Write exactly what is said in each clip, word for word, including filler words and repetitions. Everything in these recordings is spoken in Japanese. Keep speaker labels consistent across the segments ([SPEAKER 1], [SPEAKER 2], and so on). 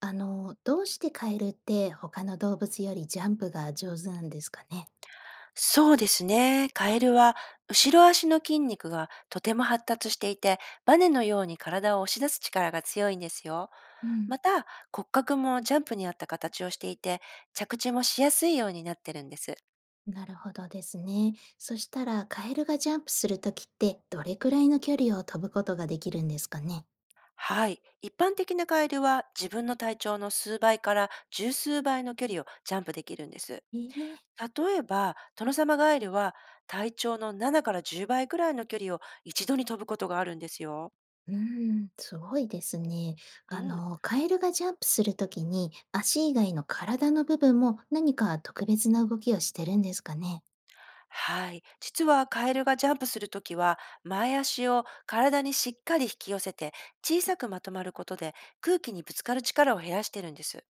[SPEAKER 1] あの、どうしてカエルって他の動物よりジャンプが上手なんですかね。
[SPEAKER 2] そうですね。カエルは後ろ足の筋肉がとても発達していて、バネのように体を押し出す力が強いんですよ。
[SPEAKER 1] うん、
[SPEAKER 2] また、骨格もジャンプに合った形をしていて、着地もしやすいようになってるんです。
[SPEAKER 1] なるほどですね。そしたらカエルがジャンプするときってどれくらいの距離を飛ぶことができるんですかね。
[SPEAKER 2] はい。一般的なカエルは自分の体長の数倍から十数倍の距離をジャンプできるんです。
[SPEAKER 1] ええ。
[SPEAKER 2] 例えば、トノサマガエルは体長のななからじゅうばいくらいの距離を一度に飛ぶことがあるんですよ。
[SPEAKER 1] うん、すごいですね。
[SPEAKER 2] う
[SPEAKER 1] あ
[SPEAKER 2] ん。
[SPEAKER 1] の、カエルがジャンプするときに足以外の体の部分も何か特別な動きをしてるんですかね。
[SPEAKER 2] はい。実はカエルがジャンプするときは、前足を体にしっかり引き寄せて、小さくまとまることで空気にぶつかる力を減らしてるんです。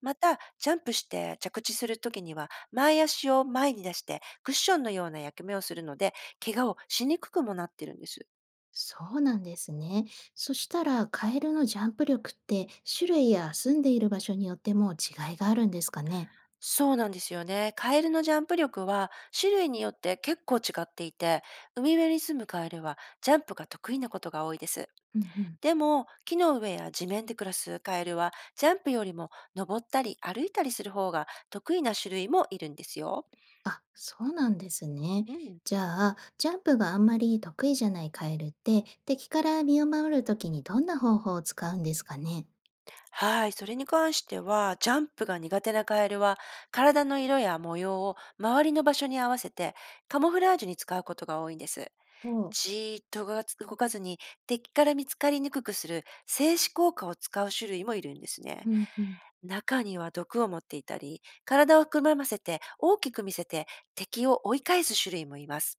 [SPEAKER 2] また、ジャンプして着地するときには、前足を前に出してクッションのような役目をするので、怪我をしにくくもなってるんです。
[SPEAKER 1] そうなんですね。そしたら、カエルのジャンプ力って種類や住んでいる場所によっても違いがあるんですかね。
[SPEAKER 2] そうなんですよね。カエルのジャンプ力は種類によって結構違っていて、海辺に住むカエルはジャンプが得意なことが多いです。
[SPEAKER 1] うんうん。
[SPEAKER 2] でも、木の上や地面で暮らすカエルは、ジャンプよりも登ったり歩いたりする方が得意な種類もいるんですよ。
[SPEAKER 1] あ、そうなんですね。
[SPEAKER 2] うん。
[SPEAKER 1] じゃあ、ジャンプがあんまり得意じゃないカエルって、敵から身を守るときにどんな方法を使うんですかね。
[SPEAKER 2] はい、それに関しては、ジャンプが苦手なカエルは、体の色や模様を周りの場所に合わせて、カモフラージュに使うことが多いんです。
[SPEAKER 1] そう。
[SPEAKER 2] じーっと動かず動かずに敵から見つかりにくくする静止効果を使う種類もいるんですね。
[SPEAKER 1] うんうん。
[SPEAKER 2] 中には毒を持っていたり、体をくまませて大きく見せて敵を追い返す種類もいます。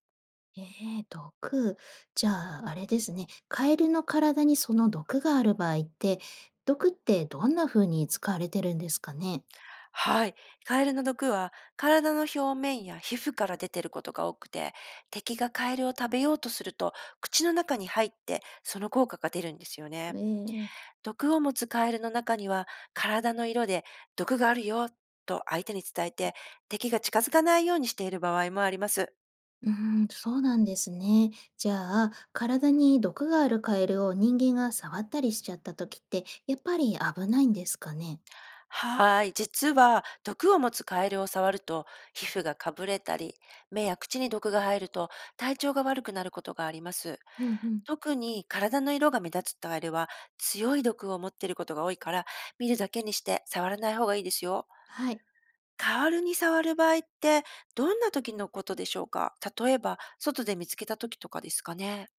[SPEAKER 1] えー、毒。じゃあ、あれですね。カエルの体にその毒がある場合って、毒ってどんな風に使われてるんですかね。
[SPEAKER 2] はい。カエルの毒は体の表面や皮膚から出てることが多くて、敵がカエルを食べようとすると口の中に入ってその効果が出るんですよね。
[SPEAKER 1] ええ。
[SPEAKER 2] 毒を持つカエルの中には体の色で毒があるよと相手に伝えて、敵が近づかないようにしている場合もあります。
[SPEAKER 1] うーん、そうなんですね。じゃあ、体に毒があるカエルを人間が触ったりしちゃった時って、やっぱり危ないんですかね？
[SPEAKER 2] はーい。実は、毒を持つカエルを触ると、皮膚がかぶれたり、目や口に毒が入ると、体調が悪くなることがあります。
[SPEAKER 1] うんうん。
[SPEAKER 2] 特に体の色が目立つカエルは、強い毒を持っていることが多いから、見るだけにして触らない方がいいですよ。
[SPEAKER 1] はい。
[SPEAKER 2] カエルに触る場合って、どんな時のことでしょうか？例えば、外で見つけた時とかですかね。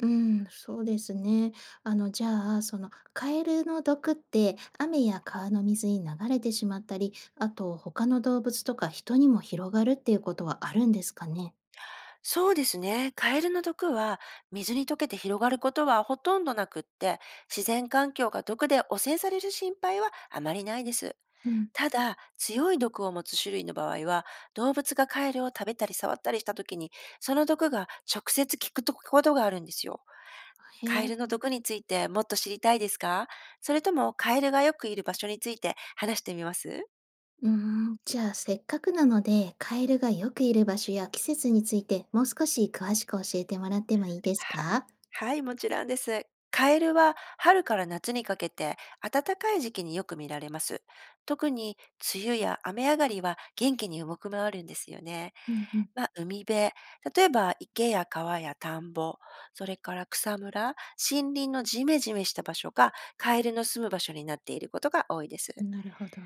[SPEAKER 1] うん、そうですね。あの、じゃあ、その、カエルの毒って、雨や川の水に流れてしまったり、あと他の動物とか人にも広がるっていうことはあるんですかね？
[SPEAKER 2] そうですね。カエルの毒は水に溶けて広がることはほとんどなくって、自然環境が毒で汚染される心配はあまりないです。
[SPEAKER 1] うん。
[SPEAKER 2] ただ、強い毒を持つ種類の場合は、動物がカエルを食べたり触ったりした時に、その毒が直接効くとことがあるんですよ。
[SPEAKER 1] へ
[SPEAKER 2] カエ
[SPEAKER 1] え。
[SPEAKER 2] ルの毒についてもっと知りたいですか？それともカエルがよくいる場所について話してみます？
[SPEAKER 1] うーん、じゃあせっかくなので、カエルがよくいる場所や季節について、もう少し詳しく教えてもらってもいいです
[SPEAKER 2] はい。
[SPEAKER 1] か？
[SPEAKER 2] はい、もちろんです。カエルは春から夏にかけて暖かい時期によく見られます。特に梅雨や雨上がりは元気に動き回るんですよね。
[SPEAKER 1] うんう
[SPEAKER 2] まあ、海辺、例えば池や川や田んぼ、それから草むら、森林のジメジメした場所がカエルの住む場所になっていることが多いです。
[SPEAKER 1] ん、なるほど。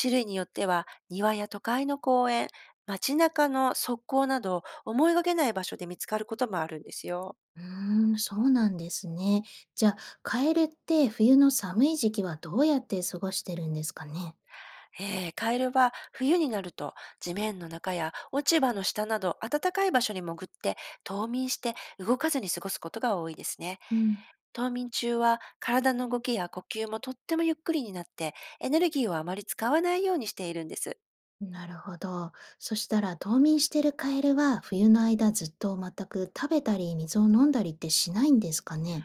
[SPEAKER 2] 種類によっては庭や都会の公園、街中の側溝など思いがけない場所で見つかることもあるんですよ。
[SPEAKER 1] うーん、そうなんですね。じゃあ、カエルって冬の寒い時期はどうやって過ごしてるんですかね？
[SPEAKER 2] えーカエルは冬になると地面の中や落ち葉の下など暖かい場所に潜って冬眠して動かずに過ごすことが多いですね。
[SPEAKER 1] うん。
[SPEAKER 2] 冬眠中は体の動きや呼吸もとってもゆっくりになって、エネルギーをあまり使わないようにしているんです。
[SPEAKER 1] なるほど。そしたら冬眠してるカエルは、冬の間ずっと全く食べたり水を飲んだりってしないんですかね？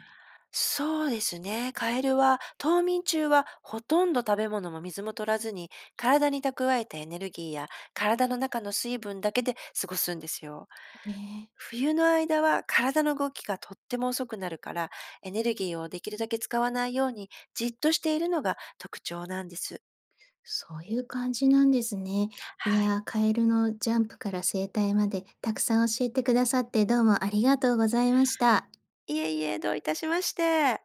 [SPEAKER 2] そうですね。カエルは冬眠中はほとんど食べ物も水も取らずに、体に蓄えたエネルギーや体の中の水分だけで過ごすんですよ。
[SPEAKER 1] へえ。
[SPEAKER 2] 冬の間は体の動きがとっても遅くなるから、エネルギーをできるだけ使わないようにじっとしているのが特徴なんです。
[SPEAKER 1] そういう感じなんですね。い
[SPEAKER 2] は
[SPEAKER 1] や
[SPEAKER 2] い。
[SPEAKER 1] ー、カエルのジャンプから生態までたくさん教えてくださってどうもありがとうございました。
[SPEAKER 2] いえいえ、どういたしまして。